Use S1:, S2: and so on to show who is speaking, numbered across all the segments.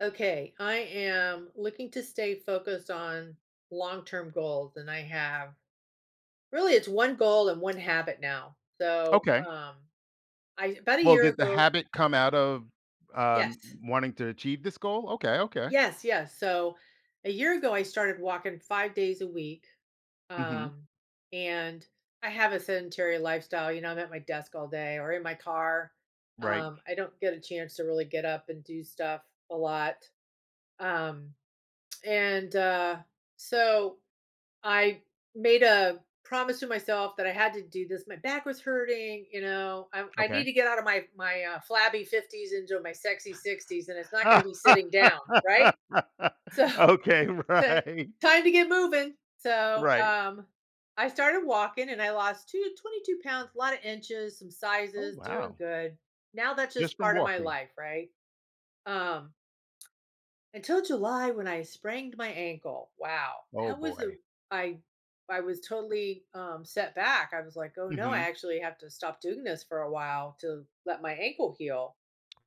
S1: Okay, I am looking to stay focused on long-term goals, and I have really it's one goal and one habit now. So,
S2: Okay.
S1: I about a
S2: Well,
S1: year
S2: did the
S1: ago,
S2: habit come out of,
S1: yes.
S2: wanting to achieve this goal? Okay, okay.
S1: Yes, yes. So, a year ago I started walking 5 days a week.
S2: Mhm.
S1: Um and I have a sedentary lifestyle. You know, I'm at my desk all day or in my car.
S2: Right.
S1: I don't get a chance to really get up and do stuff a lot. Um and so I made a promise to myself that I had to do this. My back was hurting, you know. I need
S2: Okay.
S1: to get out of my flabby fifties into my sexy sixties, and it's not going to be sitting down, right? So
S2: Okay,
S1: ti-
S2: right,
S1: time to get moving. So,
S2: right.
S1: I started walking, and I lost two 22 pounds, a lot of inches, some
S2: Oh,
S1: sizes, doing
S2: wow.
S1: good. Now that's just
S2: Just from
S1: part of my
S2: walking.
S1: life, right? Um, until July when I sprained my ankle. Wow.
S2: Oh,
S1: That was a
S2: boy.
S1: I I was totally set back. I was like, "Oh no, I
S2: Mhm.
S1: actually have to stop doing this for a while to let my ankle heal."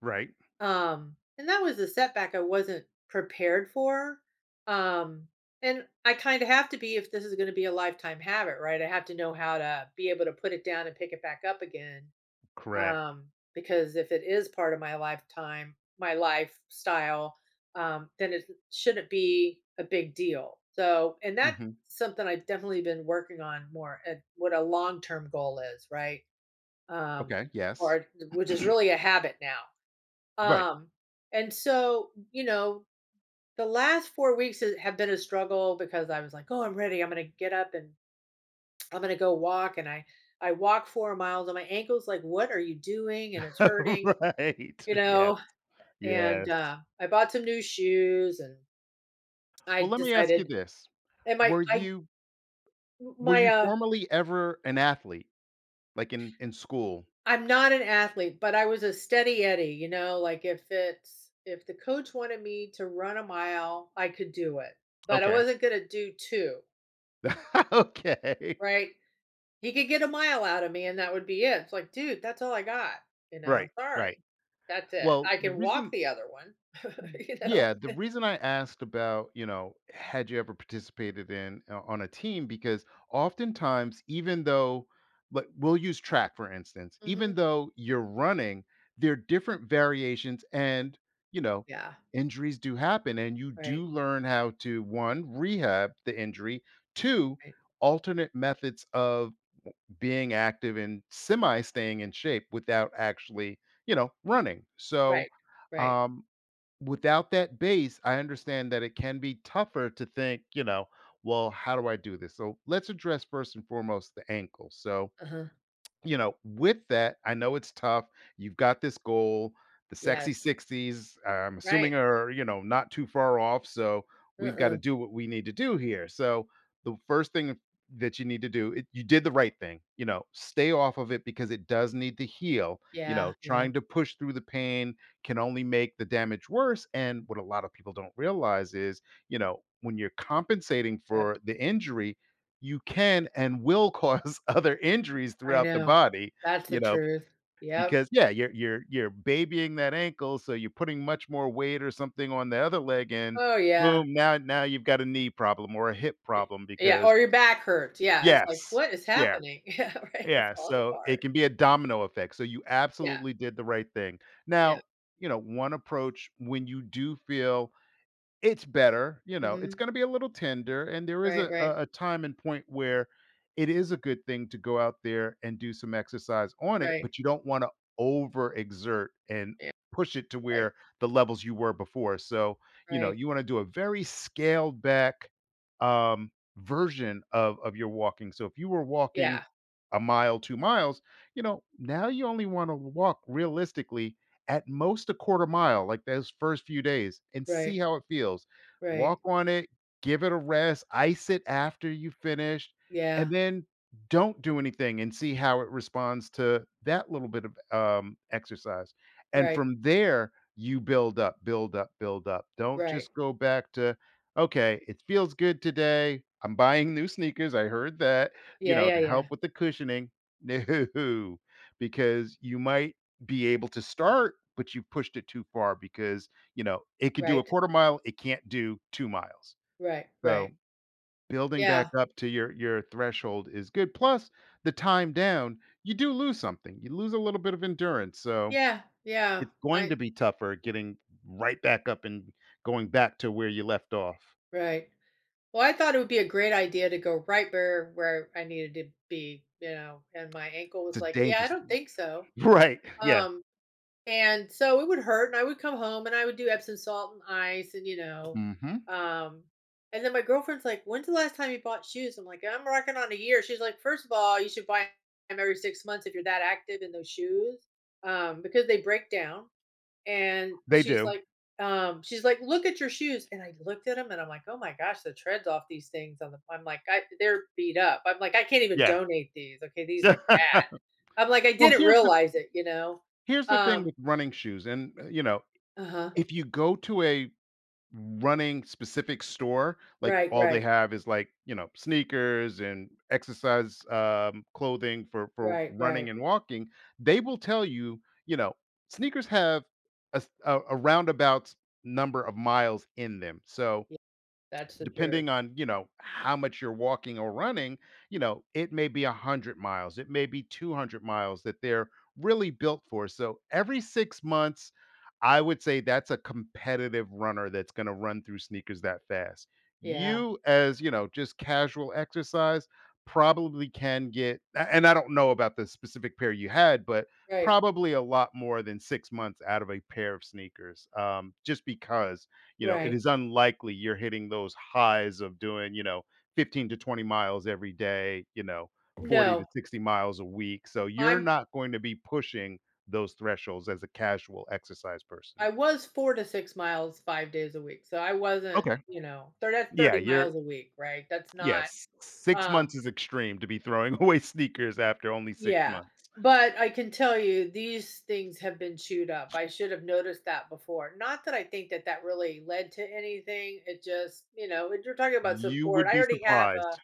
S2: Right.
S1: And that was a setback I wasn't prepared for. Um and I kind of have to be if this is going to be a lifetime habit, right? I have to know how to be able to put it down and pick it back up again,
S2: Correct.
S1: because if it is part of my lifetime, my lifestyle, then it shouldn't be a big deal. So, and that's
S2: Mhm.
S1: something I've definitely been working on, more at what a long term goal is, right? Um,
S2: Okay, yes.
S1: or which is really a habit now.
S2: Right.
S1: Um, and so, the last 4 weeks have been a struggle because I was like, "Oh, I'm ready. I'm going to get up and I'm going to go walk." And I walk 4 miles and my ankle's like, "What are you doing?" And it's hurting.
S2: Right.
S1: You
S2: Yes,
S1: know, and,
S2: yes.
S1: I bought some new shoes and I
S2: Well, let me ask you
S1: decided.
S2: this.
S1: And my
S2: Were
S1: I,
S2: you were
S1: my,
S2: you formerly ever an athlete, like, in school?
S1: I'm not an athlete, but I was a steady Eddie. You know, like, if the coach wanted me to run a mile, I could do it, but I
S2: Okay.
S1: wasn't gonna do 2,
S2: Okay.
S1: right? He could get a mile out of me and that would be it. It's like, "Dude, that's all I got," you know,
S2: Right, right.
S1: "Sorry, that's it.
S2: Well,
S1: I
S2: the
S1: can walk
S2: reason
S1: the other one," you know?
S2: yeah, the reason I asked about, you know, had you ever participated in o on a team because oftentimes, even though like, we'll use track, for instance,
S1: Mhm.
S2: even though you're running, there are different variations and, you know,
S1: Yeah,
S2: injuries do happen, and you do
S1: right,
S2: learn how to, 1, rehab the injury, 2,
S1: right,
S2: alternate methods of being active and semi staying in shape without actually, you know, running. So,
S1: right, right.
S2: um, without that base, I understand that it can be tougher to think, you know, well, how do I do this? So, let's address first and foremost the ankle. So,
S1: Uh-huh.
S2: you know, with that, I know it's tough. You've got this goal. The
S1: Yes.
S2: sexy 60s, I'm
S1: Right.
S2: assuming, are, you know, not too far off. So we've got
S1: Uh-uh.
S2: to do what we need to do here. So the first thing that you need to do, you did the right thing. You know, stay off of it because it does need to heal. You
S1: Yeah,
S2: know,
S1: yeah,
S2: trying to push through the pain can only make the damage worse. And what a lot of people don't realize is, you know, when you're compensating
S1: yep.
S2: for the injury, you can and will cause other injuries
S1: I
S2: throughout the
S1: know.
S2: body,
S1: That's the
S2: you know,
S1: truth. Yep.
S2: because yeah, you're babying that ankle, so you're putting much more weight or something on the other leg and
S1: Oh, yeah.
S2: boom, now you've got a knee problem or a hip
S1: Y
S2: problem
S1: Yeah,
S2: because
S1: or your back hurts. Yeah, it's like,
S2: yes.
S1: "What is
S2: Yeah.
S1: happening?" Yeah, right, I'm
S2: Yeah,
S1: falling
S2: so it
S1: apart.
S2: can be a domino effect. So you
S1: Yeah,
S2: absolutely did the right thing.
S1: yeah.
S2: Now, you know, one approach when you do feel it's better, you know, it's
S1: Mhm.
S2: gonna be a little tender, and there is
S1: Right,
S2: a
S1: right,
S2: a a time and point where it is a good thing to go out there and do some exercise on it,
S1: right.
S2: but you don't wanna overexert and
S1: Yeah,
S2: push it to
S1: right,
S2: where the levels you were before, so, you know,
S1: right.
S2: you wanna do a very scaled back, um, version of your walking, so if you were walking
S1: Yeah,
S2: a mile, 2 miles, you know, now you only wanna walk realistically at most a quarter mile, like those first few days, and see
S1: right,
S2: how it feels.
S1: right.
S2: Walk on it, give it a rest, ice it after you finished,
S1: Yeah,
S2: and then don't do anything and see how it responds to that little bit of exercise. And
S1: right,
S2: from there, you build up, build up, build up. Don't
S1: right.
S2: just go back to, okay, it feels good today. I'm buying new sneakers. I heard that, you
S1: Yeah,
S2: know,
S1: yeah,
S2: to
S1: yeah.
S2: help with the cushioning. No, because you might be able to start, but you've pushed it too far because, you know, it could do a
S1: Right,
S2: quarter mile, it can't do 2 miles.
S1: right,
S2: So,
S1: right.
S2: building back
S1: Yeah,
S2: up to your threshold is good. Plus, the time down, you do lose something. You lose a little bit of endurance, so
S1: yeah, yeah.
S2: it's going
S1: I
S2: to be tougher getting right back up and going back to where you left off.
S1: Right. Well, I thought it would be a great idea to go right where I needed to be, you know, and my ankle
S2: It's
S1: was
S2: a
S1: like, "Yeah, I
S2: dangerous
S1: don't
S2: thing.
S1: think so."
S2: Right, yeah.
S1: Um, and so it would hurt, and I would come home, and I would do Epsom salt and ice,
S2: Mhm.
S1: um, and then my girlfriend's like, "When's the last time you bought shoes?" I'm like, "I'm rocking on a year." She's like, "First of all, you should buy them every 6 months if you're that active in those shoes, because they break down." And
S2: They
S1: she's
S2: do.
S1: like, um, she's like, "Look at your shoes." And I looked at them and I'm like, "Oh my gosh, the treads off these things on the, I'm like, I they're beat up." I'm like, "I can't even
S2: Yeah.
S1: donate these. Okay, these look bad." I'm like, "I
S2: Well,
S1: didn't realize it, you know."
S2: here's the thing
S1: Um,
S2: with running shoes, and, you know,
S1: uh-huh.
S2: if you go to a running specific store, like,
S1: Right,
S2: all they
S1: right.
S2: have is, like, you know, sneakers and exercise, clothing for
S1: Right,
S2: running
S1: right.
S2: and walking, they will tell you, you know, sneakers have a s a roundabout number of miles in them, so
S1: Yeah, that's the truth.
S2: depending on you know how much you're walking or running, you know, it may be 100 miles, it may be 200 miles that they're really built for. So every 6 months, I would say that's a competitive runner that's going to run through sneakers that fast.
S1: Yeah.
S2: You, as you know, just casual exercise, probably can get a- and I don't know about the specific pair you had, but
S1: Right.
S2: probably a lot more than 6 months out of a pair of sneakers, just because, you know, it
S1: Right.
S2: is unlikely you're hitting those highs of doing, you know, 15 to 20 miles every day, you know, 40 to
S1: No,
S2: 60 miles a week. So you're
S1: I'm
S2: not going to be pushing those thresholds as a casual exercise person.
S1: I was 4 to 6 miles 5 days a week. So I wasn't,
S2: Okay.
S1: you know, thir that's
S2: Yeah,
S1: 30
S2: you're
S1: miles a week, right? That's not,
S2: yes, 6
S1: um
S2: months is extreme to be throwing away sneakers after only 6
S1: yeah,
S2: months.
S1: but I can tell you these things have been chewed up. I should have noticed that before. Not that I think that that really led to anything. It just, you know, if you're talking about
S2: You
S1: support,
S2: would
S1: I
S2: be
S1: already have a
S2: surprised.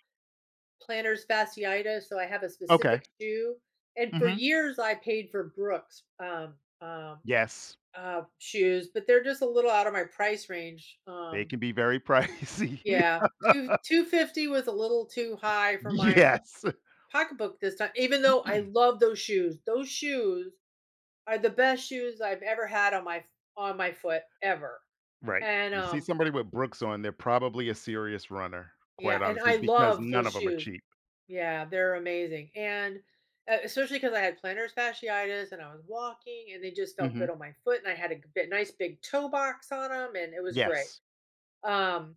S1: plantar's fasciitis, so I have a
S2: Okay.
S1: specific shoe. And for
S2: Mhm.
S1: years, I paid for Brooks um,
S2: Yes,
S1: shoes, but they're just a little out of my price range.
S2: they can be very pricey.
S1: Yeah, 250 was a little too high for my
S2: Yes.
S1: pocketbook this time. Even though I love those shoes are the best shoes I've ever had on my foot ever,
S2: Right.
S1: and,
S2: You see somebody with Brooks on, they're probably a serious runner,
S1: yeah,
S2: quite
S1: and
S2: honestly,
S1: I
S2: because
S1: love
S2: none
S1: those
S2: of them are
S1: shoes.
S2: cheap.
S1: Yeah, they're amazing, and, especially because I had plantar fasciitis and I was walking, and they just felt good
S2: Mhm.
S1: on my foot, and I had a bit nice big toe box on them, and it was great.
S2: Yes.
S1: Um,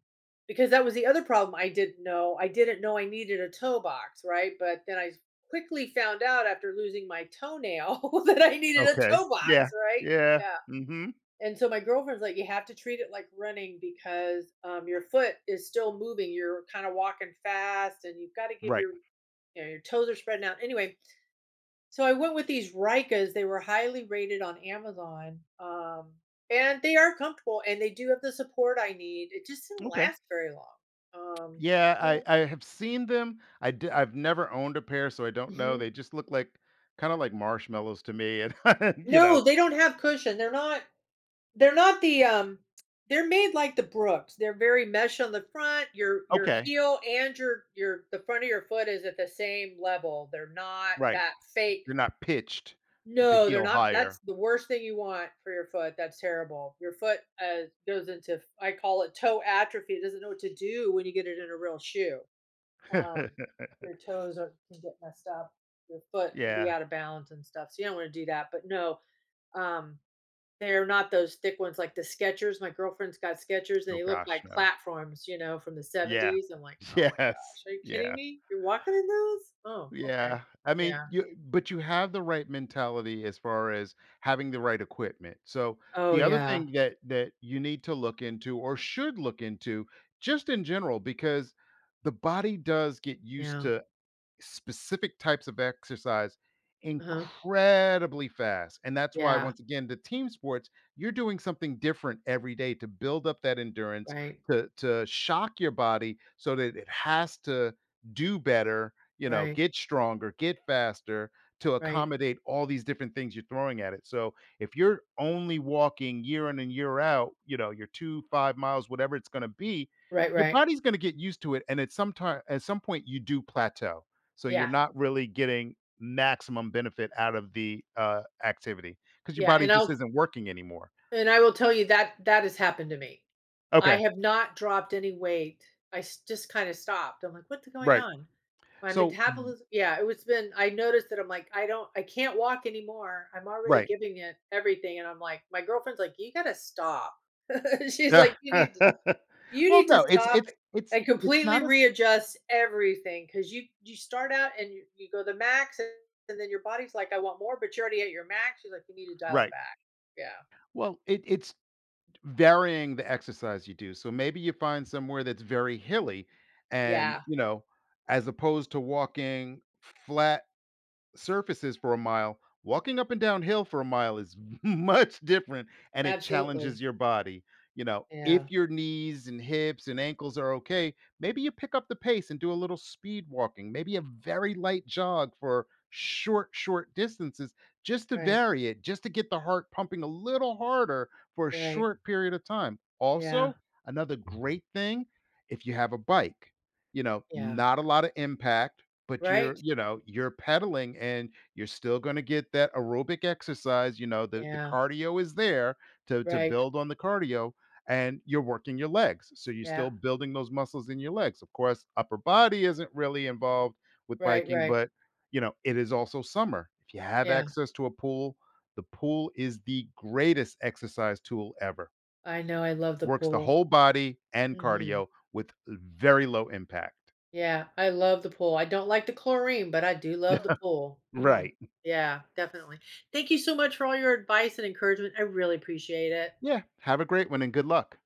S1: because that was the other problem. I didn't know. I didn't know I needed a toe box, right? But then I quickly found out after losing my toenail that I needed a
S2: Okay.
S1: toe
S2: Yeah.
S1: box, right?
S2: Yeah.
S1: Yeah.
S2: Mhm.
S1: And so my girlfriend's like, "You have to treat it like running because your foot is still moving. You're kind of walking fast, and you've got to give
S2: Right.
S1: your, your toes are spreading out." Anyway, so I went with these Ricas. They were highly rated on Amazon, and they are comfortable, and they do have the support I need. It just didn't
S2: Okay.
S1: last very long. Um,
S2: Yeah, I
S1: so-
S2: I have seen them. I've never owned a pair, so I don't know.
S1: Mhm.
S2: They just look like kinda like marshmallows to me and, you
S1: No,
S2: know.
S1: they don't have cushion. They're not. They're not the, um they're made like the Brooks. They're very mesh on the front. Your
S2: Okay.
S1: heel and your the front of your foot is at the same level. They're not
S2: Right.
S1: that fake.
S2: They're not pitched with the
S1: No, they're
S2: heel
S1: not. That's
S2: higher.
S1: the worst thing you want for your foot. That's terrible. Your foot, goes into, I call it toe atrophy. It doesn't know what to do when you get it in a real shoe. Um, your toes can get messed up. Your foot can be
S2: Yeah.
S1: out of balance and stuff. So you don't want to do that. But no, um, they're not those thick ones like the Skechers. My girlfriend's got Skechers, and
S2: Oh
S1: they look
S2: gosh,
S1: like
S2: no.
S1: platforms, you know, from the
S2: Yeah.
S1: 70s. I'm like, "Oh my
S2: Yes.
S1: gosh, are you kidding
S2: Yeah.
S1: me? You're walking in those? Oh, okay."
S2: Yeah. I mean,
S1: Yeah.
S2: you but you have the right mentality as far as having the right equipment. So,
S1: Oh,
S2: the other
S1: yeah.
S2: thing that you need to look into or should look into just in general because the body does get used
S1: Yeah.
S2: to specific types of exercise
S1: Uh-huh.
S2: incredibly fast. And that's why,
S1: Yeah.
S2: once again, the team sports, you're doing something different every day to build up that endurance,
S1: Right.
S2: to shock your body so that it has to do better, you know,
S1: Right.
S2: get stronger, get faster to
S1: Right.
S2: accommodate all these different things you're throwing at it. So if you're only walking year in and year out, you know, your 2, 5 miles, whatever it's gonna be,
S1: Right,
S2: your
S1: right.
S2: body's gonna get used to it. And at some time at some point you do plateau so you're
S1: Yeah.
S2: not really getting maximum benefit out of the, activity because your
S1: Yeah,
S2: body just isn't working anymore.
S1: and I will tell you that that has happened to me. I
S2: Okay,
S1: have not dropped any weight. I s just kinda stopped. I'm like, "What's going
S2: right.
S1: on?" My
S2: So v
S1: metabolism, yeah, it was, been, I noticed that. I'm like, I can't walk anymore. I'm already
S2: right.
S1: giving it everything," and I'm like, my girlfriend's like, "You gotta stop." She's
S2: Yeah.
S1: like, "You need to
S2: Well, no, it's
S1: stop
S2: it's it's
S1: and
S2: it's
S1: completely
S2: not a s
S1: readjust everything, because you start out and you go the max, and then your body's like, 'I want more,' but you're already at your max." She's like, "You need to dial it
S2: right.
S1: back." Yeah.
S2: Well, it's varying the exercise you do. So maybe you find somewhere that's very hilly and,
S1: Yeah,
S2: you know, as opposed to walking flat surfaces for a mile, walking up and downhill for a mile is much different and it
S1: absolutely.
S2: challenges your body. You know,
S1: Yeah.
S2: if your knees and hips and ankles are okay, maybe you pick up the pace and do a little speed walking, maybe a very light jog for short, short distances just to
S1: Right,
S2: vary it, just to get the heart pumping a little harder for a
S1: right.
S2: short period of time.
S1: Yeah,
S2: Also, another great thing if you have a bike, you know,
S1: yeah.
S2: not a lot of impact but you're,
S1: Right?
S2: you know, you're pedaling and you're still gonna get that aerobic exercise, you know, the
S1: Yeah,
S2: cardio is there to
S1: right.
S2: build on the cardio, and you're working your legs, so you're
S1: Yeah,
S2: still building those muscles in your legs. Of course, upper body isn't really involved with
S1: right,
S2: biking,
S1: right.
S2: but, you know, it is also summer. If you have
S1: Yeah,
S2: access to a pool, the pool is the greatest exercise tool ever.
S1: I know, I love the
S2: Works the
S1: pool.
S2: whole body and
S1: Mhm.
S2: cardio with very low impact.
S1: Yeah, I love the pool. I don't like the chlorine, but I do love the pool. Mm.
S2: Right.
S1: Yeah, definitely. Thank you so much for all your advice and encouragement. I really appreciate it.
S2: Yeah. Have a great one and good luck.